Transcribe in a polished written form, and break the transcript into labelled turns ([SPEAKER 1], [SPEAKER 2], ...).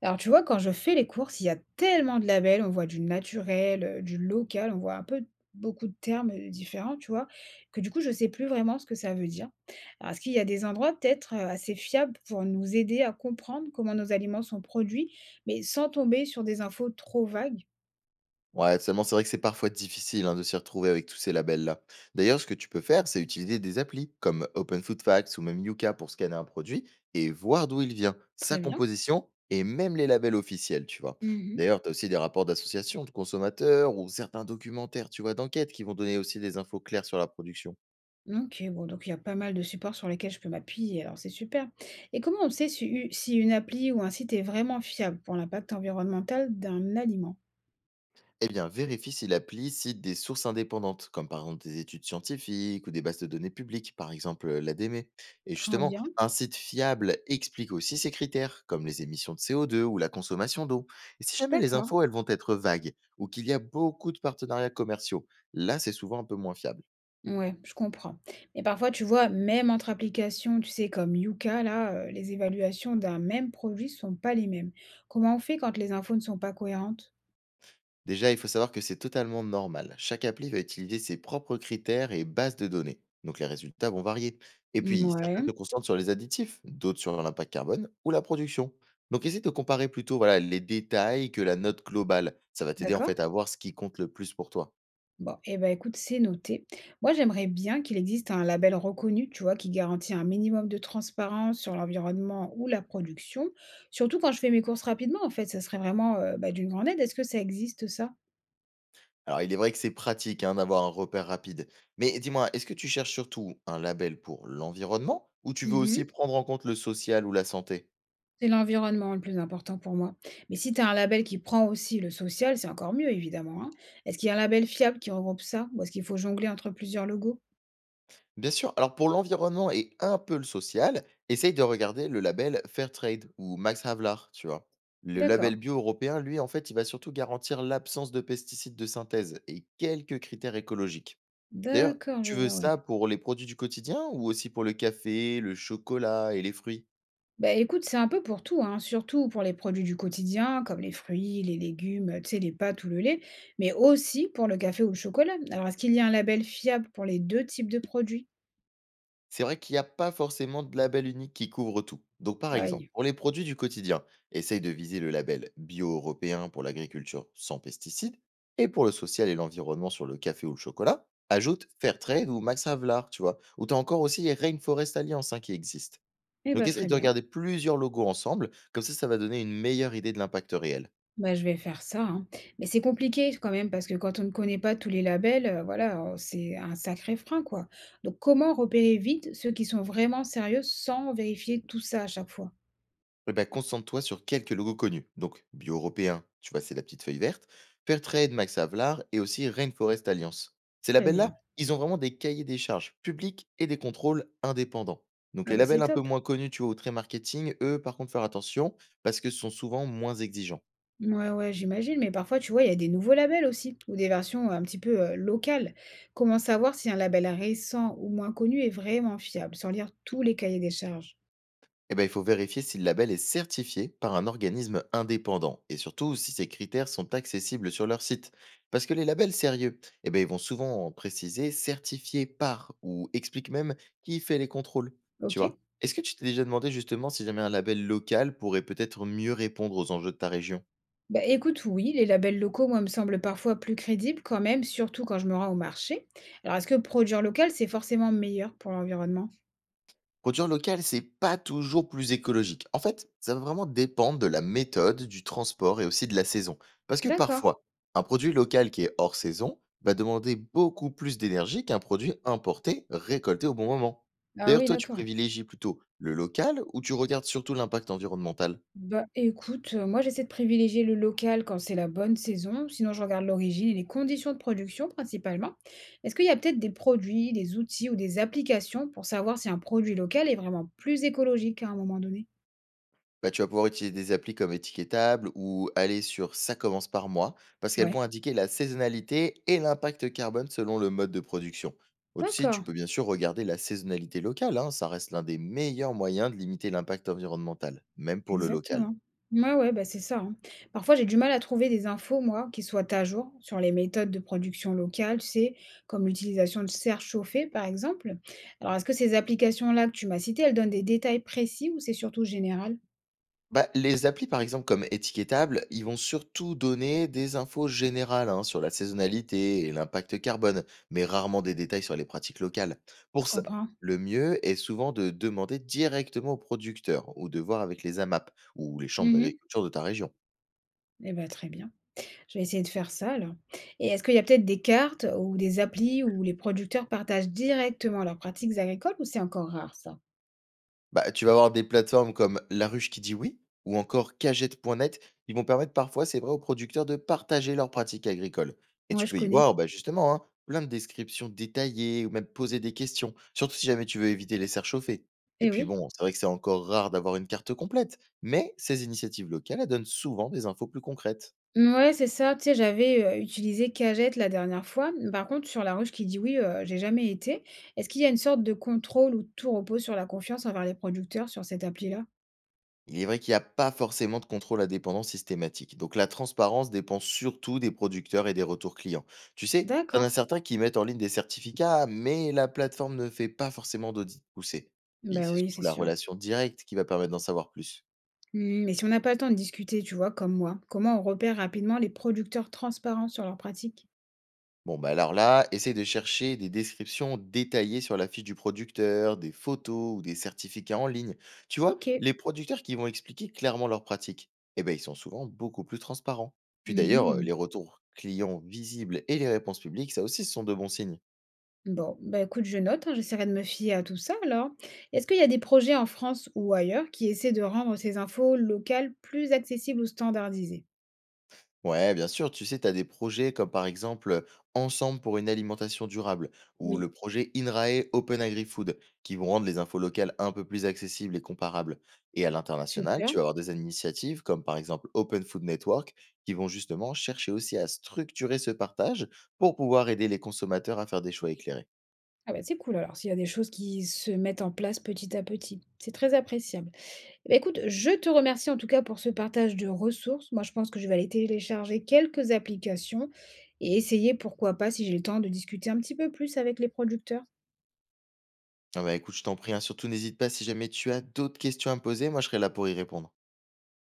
[SPEAKER 1] Alors, tu vois, quand je fais les courses, il y a tellement de labels. On voit du naturel, du local, on voit un peu beaucoup de termes différents, tu vois, que du coup, je sais plus vraiment ce que ça veut dire. Alors, est-ce qu'il y a des endroits peut-être assez fiables pour nous aider à comprendre comment nos aliments sont produits, mais sans tomber sur des infos trop vagues?
[SPEAKER 2] Ouais, seulement c'est vrai que c'est parfois difficile hein, de s'y retrouver avec tous ces labels-là. D'ailleurs, ce que tu peux faire, c'est utiliser des applis comme Open Food Facts ou même Yuka pour scanner un produit et voir d'où il vient, sa
[SPEAKER 1] Très bien.
[SPEAKER 2] composition et même les labels officiels, tu vois.
[SPEAKER 1] Mhm.
[SPEAKER 2] D'ailleurs, tu as aussi des rapports d'associations de consommateurs ou certains documentaires, tu vois, d'enquête qui vont donner aussi des infos claires sur la production.
[SPEAKER 1] Ok, bon, donc il y a pas mal de supports sur lesquels je peux m'appuyer, alors c'est super. Et comment on sait si, si une appli ou un site est vraiment fiable pour l'impact environnemental d'un aliment?
[SPEAKER 2] Eh bien, vérifie si l'appli cite des sources indépendantes, comme par exemple des études scientifiques ou des bases de données publiques, par exemple l'ADME. Et
[SPEAKER 1] Très
[SPEAKER 2] justement,
[SPEAKER 1] bien.
[SPEAKER 2] un site fiable explique aussi ses critères, comme les émissions de CO2 ou la consommation d'eau. Et si jamais les
[SPEAKER 1] D'accord.
[SPEAKER 2] infos, elles vont être vagues ou qu'il y a beaucoup de partenariats commerciaux, là, c'est souvent un peu moins fiable.
[SPEAKER 1] Ouais, je comprends. Mais parfois, tu vois, même entre applications, tu sais, comme Yuka, là, les évaluations d'un même produit sont pas les mêmes. Comment on fait quand les infos ne sont pas cohérentes?
[SPEAKER 2] Déjà, il faut savoir que c'est totalement normal. Chaque appli va utiliser ses propres critères et bases de données. Donc les résultats vont varier. Et puis, certaines
[SPEAKER 1] Ouais.
[SPEAKER 2] se concentrent sur les additifs, d'autres sur l'impact carbone ou la production. Donc essaie de comparer plutôt voilà, les détails que la note globale. Ça va t'aider en
[SPEAKER 1] D'accord?
[SPEAKER 2] fait à voir ce qui compte le plus pour toi.
[SPEAKER 1] Bon, eh ben écoute, c'est noté. Moi, j'aimerais bien qu'il existe un label reconnu, tu vois, qui garantit un minimum de transparence sur l'environnement ou la production. Surtout quand je fais mes courses rapidement, en fait, ça serait vraiment bah, d'une grande aide. Est-ce que ça existe, ça?
[SPEAKER 2] Alors il est vrai que c'est pratique hein, d'avoir un repère rapide. Mais dis-moi, est-ce que tu cherches surtout un label pour l'environnement ou tu veux aussi
[SPEAKER 1] Mhm.
[SPEAKER 2] prendre en compte le social ou la santé?
[SPEAKER 1] C'est l'environnement le plus important pour moi. Mais si tu as un label qui prend aussi le social, c'est encore mieux évidemment, hein. Est-ce qu'il y a un label fiable qui regroupe ça? Ou est-ce qu'il faut jongler entre plusieurs logos?
[SPEAKER 2] Bien sûr, alors pour l'environnement et un peu le social, essaye de regarder le label Fairtrade ou Max Havelaar, tu vois. Le
[SPEAKER 1] D'accord.
[SPEAKER 2] label bio européen, lui, en fait, il va surtout garantir l'absence de pesticides de synthèse et quelques critères écologiques. D'ailleurs,
[SPEAKER 1] D'accord, je
[SPEAKER 2] tu veux
[SPEAKER 1] vois,
[SPEAKER 2] ça
[SPEAKER 1] ouais.
[SPEAKER 2] pour les produits du quotidien ou aussi pour le café, le chocolat et les fruits?
[SPEAKER 1] Bah écoute, c'est un peu pour tout, hein, surtout pour les produits du quotidien, comme les fruits, les légumes, tu sais, les pâtes ou le lait, mais aussi pour le café ou le chocolat. Alors, est-ce qu'il y a un label fiable pour les deux types de produits?
[SPEAKER 2] C'est vrai qu'il n'y a pas forcément de label unique qui couvre tout. Donc par exemple,
[SPEAKER 1] Aïe.
[SPEAKER 2] pour les produits du quotidien, essaye de viser le label bio-européen pour l'agriculture sans pesticides, et pour le social et l'environnement sur le café ou le chocolat, ajoute Fairtrade ou Max Havelaar, tu vois, ou t'as encore aussi les Rainforest Alliance hein, qui existent.
[SPEAKER 1] Eh
[SPEAKER 2] Donc
[SPEAKER 1] bah
[SPEAKER 2] essaye
[SPEAKER 1] très
[SPEAKER 2] de
[SPEAKER 1] bien.
[SPEAKER 2] regarder plusieurs logos ensemble, comme ça ça va donner une meilleure idée de l'impact réel.
[SPEAKER 1] Bah, je vais faire ça, hein. Mais c'est compliqué quand même parce que quand on ne connaît pas tous les labels, voilà, c'est un sacré frein, quoi. Donc comment repérer vite ceux qui sont vraiment sérieux sans vérifier tout ça à chaque fois?
[SPEAKER 2] Eh ben, concentre-toi sur quelques logos connus. Donc, Bio Européen, tu vois, c'est la petite feuille verte. Fairtrade, Max Havelaar et aussi Rainforest Alliance. Ces
[SPEAKER 1] Très
[SPEAKER 2] labels-là,
[SPEAKER 1] bien.
[SPEAKER 2] ils ont vraiment des cahiers des charges publics et des contrôles indépendants. Donc,
[SPEAKER 1] Ah
[SPEAKER 2] les
[SPEAKER 1] bah,
[SPEAKER 2] labels
[SPEAKER 1] c'est
[SPEAKER 2] un peu
[SPEAKER 1] top.
[SPEAKER 2] moins connus, tu vois, au trait marketing, eux, par contre, faire attention parce que sont souvent moins exigeants.
[SPEAKER 1] Ouais, ouais, j'imagine, mais parfois, tu vois, il y a des nouveaux labels aussi ou des versions un petit peu, locales. Comment savoir si un label récent ou moins connu est vraiment fiable sans lire tous les cahiers des charges?
[SPEAKER 2] Eh ben, il faut vérifier si le label est certifié par un organisme indépendant et surtout si ces critères sont accessibles sur leur site. Parce que les labels sérieux, eh ben, ils vont souvent en préciser certifié par ou expliquent même qui fait les contrôles. Tu vois.
[SPEAKER 1] OK?
[SPEAKER 2] Est-ce que tu t'es déjà demandé justement si jamais un label local pourrait peut-être mieux répondre aux enjeux de ta région?
[SPEAKER 1] Bah, écoute, oui, les labels locaux, moi, me semblent parfois plus crédibles quand même, surtout quand je me rends au marché. Alors, est-ce que produire local, c'est forcément meilleur pour l'environnement?
[SPEAKER 2] Produire local, c'est pas toujours plus écologique. En fait, ça va vraiment dépendre de la méthode, du transport et aussi de la saison. Parce que
[SPEAKER 1] D'accord.
[SPEAKER 2] parfois, un produit local qui est hors saison va demander beaucoup plus d'énergie qu'un produit importé récolté au bon moment.
[SPEAKER 1] Ah
[SPEAKER 2] D'ailleurs,
[SPEAKER 1] oui,
[SPEAKER 2] toi, tu
[SPEAKER 1] d'accord.
[SPEAKER 2] privilégies plutôt le local ou tu regardes surtout l'impact environnemental?
[SPEAKER 1] Bah écoute, moi j'essaie de privilégier le local quand c'est la bonne saison, sinon je regarde l'origine et les conditions de production principalement. Est-ce qu'il y a peut-être des produits, des outils ou des applications pour savoir si un produit local est vraiment plus écologique à un moment donné?
[SPEAKER 2] Bah, tu vas pouvoir utiliser des applis comme Étiquetable ou aller sur Ça commence par moi, parce qu'elles vont
[SPEAKER 1] Ouais.
[SPEAKER 2] indiquer la saisonnalité et l'impact carbone selon le mode de production. Aussi, tu
[SPEAKER 1] D'accord.
[SPEAKER 2] peux bien sûr regarder la saisonnalité locale, hein, ça reste l'un des meilleurs moyens de limiter l'impact environnemental, même pour le local.
[SPEAKER 1] Exactement. Ouais, ouais, bah, c'est ça, hein. Parfois, j'ai du mal à trouver des infos, moi, qui soient à jour sur les méthodes de production locale, tu sais, comme l'utilisation de serres chauffées, par exemple. Alors, est-ce que ces applications-là que tu m'as citées, elles donnent des détails précis ou c'est surtout général?
[SPEAKER 2] Bah, les applis, par exemple, comme Étiquetable, ils vont surtout donner des infos générales hein, sur la saisonnalité et l'impact carbone, mais rarement des détails sur les pratiques locales.
[SPEAKER 1] Je
[SPEAKER 2] Pour ça,
[SPEAKER 1] comprends.
[SPEAKER 2] le mieux est souvent de demander directement aux producteurs ou de voir avec les AMAP ou les chambres
[SPEAKER 1] Mhm.
[SPEAKER 2] d'agriculture de ta région.
[SPEAKER 1] Eh ben, très bien. Je vais essayer de faire ça, alors. Et est-ce qu'il y a peut-être des cartes ou des applis où les producteurs partagent directement leurs pratiques agricoles ou c'est encore rare, ça?
[SPEAKER 2] Bah, tu vas avoir des plateformes comme La Ruche qui dit oui ou encore Cagette.net qui vont permettre parfois, c'est vrai, aux producteurs de partager leurs pratiques agricoles. Et tu
[SPEAKER 1] Ouais, je
[SPEAKER 2] peux y
[SPEAKER 1] connais.
[SPEAKER 2] voir, bah, justement, hein, plein de descriptions détaillées ou même poser des questions, surtout si jamais tu veux éviter les serres chauffées. Et
[SPEAKER 1] Eh
[SPEAKER 2] puis
[SPEAKER 1] oui.
[SPEAKER 2] bon, c'est vrai que c'est encore rare d'avoir une carte complète, mais ces initiatives locales, elles donnent souvent des infos plus concrètes.
[SPEAKER 1] Ouais, c'est ça, tu sais, j'avais utilisé Cagette la dernière fois. Par contre, sur La Ruche qui dit «oui», j'ai jamais été. Est-ce qu'il y a une sorte de contrôle où tout repose sur la confiance envers les producteurs sur cette appli-là?
[SPEAKER 2] Il est vrai qu'il n'y a pas forcément de contrôle à dépendance systématique. Donc la transparence dépend surtout des producteurs et des retours clients. Tu sais, t'en as
[SPEAKER 1] D'accord.
[SPEAKER 2] certains qui mettent en ligne des certificats, mais la plateforme ne fait pas forcément d'audit poussé. Puis
[SPEAKER 1] Ben
[SPEAKER 2] c'est
[SPEAKER 1] oui,
[SPEAKER 2] surtout
[SPEAKER 1] c'est
[SPEAKER 2] la
[SPEAKER 1] sûr.
[SPEAKER 2] relation directe qui va permettre d'en savoir plus.
[SPEAKER 1] Mmh, mais si on n'a pas le temps de discuter, tu vois, comme moi, comment on repère rapidement les producteurs transparents sur leurs pratiques?
[SPEAKER 2] Bon, bah alors là, essaye de chercher des descriptions détaillées sur la fiche du producteur, des photos ou des certificats en ligne. Tu vois,
[SPEAKER 1] OK.
[SPEAKER 2] les producteurs qui vont expliquer clairement leurs pratiques, eh ben, ils sont souvent beaucoup plus transparents. Puis d'ailleurs,
[SPEAKER 1] Mmh.
[SPEAKER 2] les retours clients visibles et les réponses publiques, ça aussi, ce sont de bons signes.
[SPEAKER 1] Bon, bah écoute, je note, hein, j'essaierai de me fier à tout ça alors. Est-ce qu'il y a des projets en France ou ailleurs qui essaient de rendre ces infos locales plus accessibles ou standardisées?
[SPEAKER 2] Ouais, bien sûr, tu sais, tu as des projets comme par exemple Ensemble pour une alimentation durable ou
[SPEAKER 1] Oui.
[SPEAKER 2] le projet INRAE Open Agri Food qui vont rendre les infos locales un peu plus accessibles et comparables. Et à l'international,
[SPEAKER 1] Super.
[SPEAKER 2] tu vas avoir des initiatives comme par exemple Open Food Network qui vont justement chercher aussi à structurer ce partage pour pouvoir aider les consommateurs à faire des choix éclairés.
[SPEAKER 1] Ah bah, c'est cool alors, s'il y a des choses qui se mettent en place petit à petit. C'est très appréciable. Eh ben, écoute, je te remercie en tout cas pour ce partage de ressources. Moi, je pense que je vais aller télécharger quelques applications et essayer, pourquoi pas, si j'ai le temps, de discuter un petit peu plus avec les producteurs.
[SPEAKER 2] Ah bah écoute, je t'en prie, hein, surtout n'hésite pas si jamais tu as d'autres questions à me poser, moi je serai là pour y répondre.